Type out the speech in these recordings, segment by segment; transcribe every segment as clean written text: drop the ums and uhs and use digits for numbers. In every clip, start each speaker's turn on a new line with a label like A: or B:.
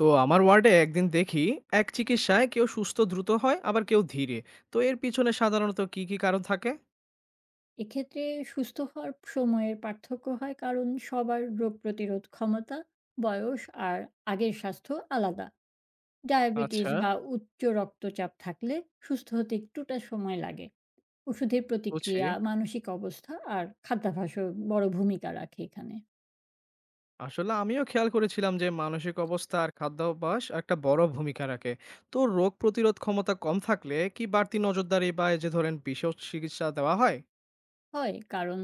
A: তো আমার ওয়ার্ডে একদিন দেখি এক চিকিৎসায় কেউ সুস্থ দ্রুত হয় আবার কেউ ধীরে। তো এর পিছনে সাধারণত কি কি কারণ থাকে?
B: এক্ষেত্রে সুস্থ হওয়ার সময়ের পার্থক্য হয় কারণ সবার রোগ প্রতিরোধ ক্ষমতা, বয়স আর আগের স্বাস্থ্য আলাদা। ডায়াবেটিস
A: আচ্ছা।
B: বা উচ্চ রক্তচাপ থাকলে সুস্থ হতে একটুটা সময় লাগে। ওষুধের
A: বুঝছি।
B: প্রতিক্রিয়া, মানসিক অবস্থা আর খাদ্যাভ্যাসও বড় ভূমিকা রাখে এখানে।
A: আসলে আমিও খেয়াল করেছিলাম যে মানসিক অবস্থা আর খাদ্যাভ্যাস একটা বড় ভূমিকা রাখে। তো রোগ প্রতিরোধ ক্ষমতা কম থাকলে কি বাড়তি নজরদারি বা এই যে ধরেন বিশেষ চিকিৎসা দেওয়া হয়?
B: হয় কারণ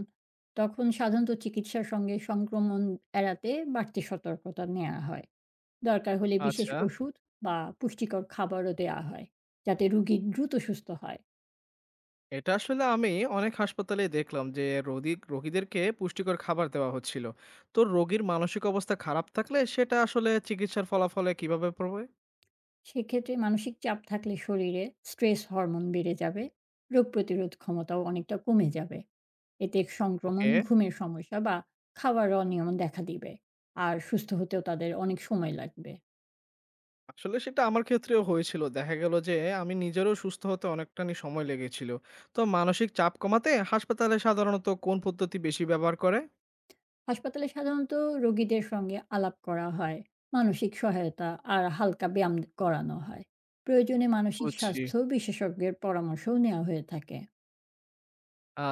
B: তখন সাধারণত চিকিৎসার সঙ্গে সংক্রমণ এড়াতে বাড়তি সতর্কতা নেওয়া হয়, দরকার হলে বিশেষ
A: আচ্ছা।
B: ওষুধ বা পুষ্টিকর খাবারও দেওয়া হয় যাতে রোগী দ্রুত সুস্থ হয়।
A: এটা আসলে আমি অনেক হাসপাতালে দেখলাম যে রোগীদেরকে পুষ্টিকর খাবার দেওয়া হচ্ছিল। তো রোগীর মানসিক অবস্থা খারাপ থাকলে সেটা আসলে চিকিৎসার ফলাফলে কিভাবে পড়বে?
B: সেক্ষেত্রে মানসিক চাপ থাকলে শরীরে স্ট্রেস হরমোন বেড়ে যাবে, রোগ প্রতিরোধ ক্ষমতাও অনেকটা কমে যাবে। এতে সংক্রমণ,
A: ওকে।
B: ঘুমের সমস্যা বা খাওয়ার অনিয়ম দেখা দিবে, আর সুস্থ হতেও তাদের অনেক সময় লাগবে।
A: আসলে সেটা আমার ক্ষেত্রেও হয়েছিল। দেখা গেল যে আমি নিজেরও সুস্থ হতে অনেকটানি সময় লেগেছিল। তো মানসিক চাপ কমাতে হাসপাতালে সাধারণত কোন পদ্ধতি বেশি ব্যবহার করে?
B: হাসপাতালে সাধারণত রোগীদের সঙ্গে আলাপ করা হয়, মানসিক সহায়তা আর হালকা ব্যায়াম করানো হয়। প্রয়োজনে মানসিক
A: বুঝছি।
B: স্বাস্থ্য বিশেষজ্ঞের পরামর্শও নেওয়া হয়ে থাকে।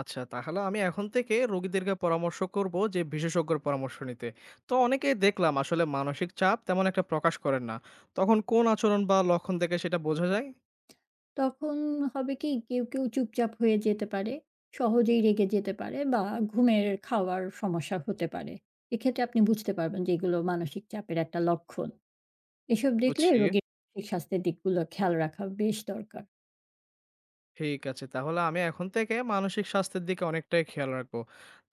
A: আচ্ছা, তাহলে আমি এখন থেকে রোগীদেরকে পরামর্শ করব যে বিশেষজ্ঞের পরামর্শ নিতে। তো অনেকেই দেখলাম আসলে মানসিক চাপ তেমন একটা প্রকাশ করেন না। তখন কোন আচরণ বা লক্ষণ দেখে সেটা বোঝা যায়?
B: তখন হবে কি কেউ, কেউ চুপচাপ হয়ে যেতে পারে, সহজেই রেগে যেতে পারে বা ঘুমের খাওয়ার সমস্যা হতে পারে। এক্ষেত্রে আপনি বুঝতে পারবেন যে এগুলো মানসিক চাপের একটা লক্ষণ। এসব দেখলে
A: বুঝছি।
B: রোগীর মানসিক স্বাস্থ্যের দিকগুলো খেয়াল রাখা বেশ দরকার।
A: ঠিক আছে। তাহলে আমি এখন থেকে মানসিক স্বাস্থ্যের দিকে অনেকটাই খেয়াল রাখবো।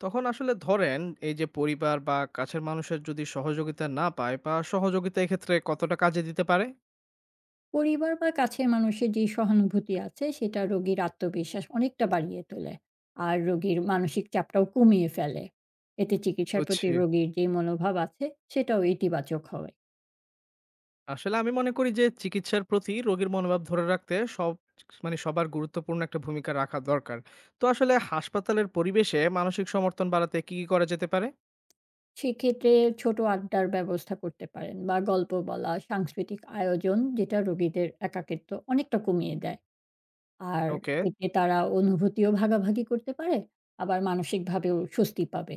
A: তখন আসলে ধরেন এই যে পরিবার বা কাছের মানুষের যদি সহযোগিতা না পায় বা সহযোগিতা এক্ষেত্রে কতটা কাজে দিতে পারে?
B: পরিবার বা কাছের মানুষের যেই সহানুভূতি আছে সেটা রোগীর আত্মবিশ্বাস অনেকটা বাড়িয়ে তোলে। আর রোগীর মানসিক চাপটাও কমিয়ে ফেলে। এতে চিকিৎসার
A: বুঝছি।
B: প্রতি রোগীর যে মনোভাব আছে সেটাও ইতিবাচক হয়।
A: আসলে আমি মনে করি যে চিকিৎসার প্রতি রোগীর মনোভাব ধরে রাখতে সব মানে সবার গুরুত্বপূর্ণ একটা ভূমিকা রাখা দরকার। তো আসলে হাসপাতালের পরিবেশে মানসিক সমর্থন বাড়াতে কি করা যেতে পারে?
B: সেক্ষেত্রে ছোট আড্ডার ব্যবস্থা করতে পারেন বা গল্প বলা, সাংস্কৃতিক আয়োজন, যেটা রোগীদের একাকিত্ব অনেকটা কমিয়ে দেয়। আর
A: ওকে।
B: এতে তারা অনুভূতিও ভাগাভাগি করতে পারে, আবার মানসিকভাবেও স্বস্তি পাবে।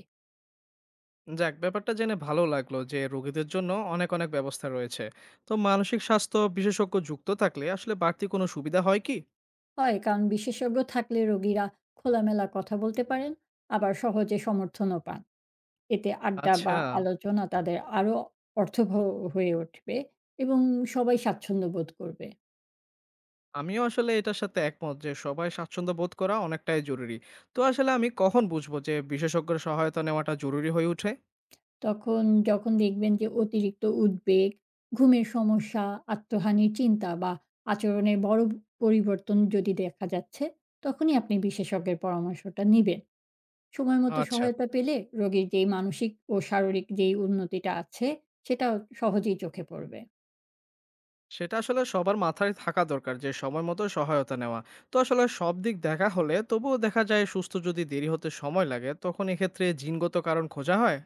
A: যাক ব্যাপারটা জেনে ভালো লাগলো যে রোগীদের জন্য অনেক অনেক ব্যবস্থা রয়েছে। তো মানসিক স্বাস্থ্য বিশেষজ্ঞ যুক্ত থাকলে আসলে বাড়তি কোনো সুবিধা হয় কি?
B: হয় কারণ বিশেষজ্ঞ থাকলে রোগীরা খোলামেলা কথা বলতে পারেন, আবার সহজে সমর্থনও পান। এতে আড্ডা বা
A: আচ্ছা।
B: আলোচনা তাদের আরও অর্থবহ হয়ে উঠবে এবং সবাই স্বাচ্ছন্দ্য বোধ করবে।
A: আমিও আসলে এটার সাথে একমত যে সবাই স্বাচ্ছন্দ্য বোধ করা অনেকটাই জরুরি। তো আসলে আমি কখন বুঝবো যে বিশেষজ্ঞের সহায়তা নেওয়াটা জরুরি হয়ে ওঠে?
B: তখন যখন দেখবেন যে অতিরিক্ত উদ্বেগ, ঘুমের সমস্যা, আত্মহানির চিন্তা বা আচরণের বড় পরিবর্তন যদি দেখা যাচ্ছে, তখনই আপনি বিশেষজ্ঞের পরামর্শটা নিবেন। সময় মতো
A: আচ্ছা।
B: সহায়তা পেলে রোগীর যেই মানসিক ও শারীরিক উন্নতিটা আছে, সেটাও সহজেই চোখে পড়বে।
A: সেটা আসলে সবার মাথায় থাকা দরকার যে সময় মতো সহায়তা নেওয়া। তো আসলে সব দিক দেখা হলে তবুও দেখা যায় সুস্থ যদি দেরি হতে সময় লাগে তখন এক্ষেত্রে জিনগত কারণ খোঁজা হয়?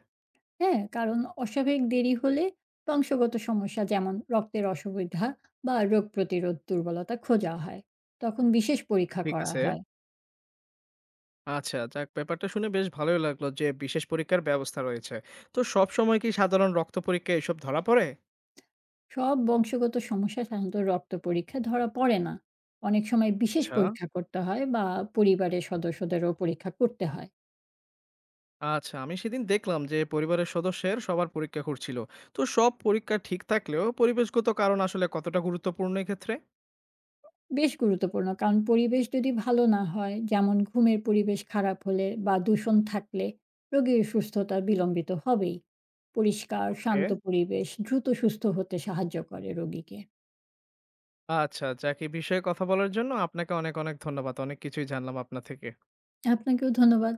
B: হ্যাঁ? কারণ অস্বাভাবিক দেরি হলে বংশগত সমস্যা, যেমন রক্তের অসুবিধা বা রোগ প্রতিরোধ দুর্বলতা, খোঁজা হয়। তখন বিশেষ পরীক্ষা
A: ঠিক
B: করা
A: আছে।
B: হয়।
A: আচ্ছা, যাক ব্যাপারটা শুনে বেশ ভালোই লাগলো যে বিশেষ পরীক্ষার ব্যবস্থা রয়েছে। তো সবসময় কি সাধারণ রক্ত পরীক্ষায় এসব ধরা পড়ে?
B: সব বংশগত সমস্যা সাধারণত রক্ত পরীক্ষায় ধরা পড়ে না। অনেক সময় বিশেষ
A: আচ্ছা,
B: পরীক্ষা করতে হয় বা পরিবারের সদস্যদেরও পরীক্ষা করতে হয়।
A: আমি সেদিন দেখলাম যে পরিবারের সদস্যের সবার পরীক্ষা করছিল। তো সব পরীক্ষা ঠিক থাকলেও পরিবেশগত কারণ আসলে কতটা গুরুত্বপূর্ণ এক্ষেত্রে?
B: বেশ গুরুত্বপূর্ণ, কারণ পরিবেশ যদি ভালো না হয়, যেমন ঘুমের পরিবেশ খারাপ হলে বা দূষণ থাকলে রোগীর সুস্থতা বিলম্বিত হবেই। পরিষ্কার,
A: ওকে।
B: শান্ত পরিবেশ দ্রুত সুস্থ হতে সাহায্য করে রোগীকে।
A: আচ্ছা, যাক এই বিষয়ে কথা বলার জন্য আপনাকে অনেক, অনেক ধন্যবাদ। অনেক কিছুই জানলাম আপনার থেকে।
B: আপনাকেও ধন্যবাদ।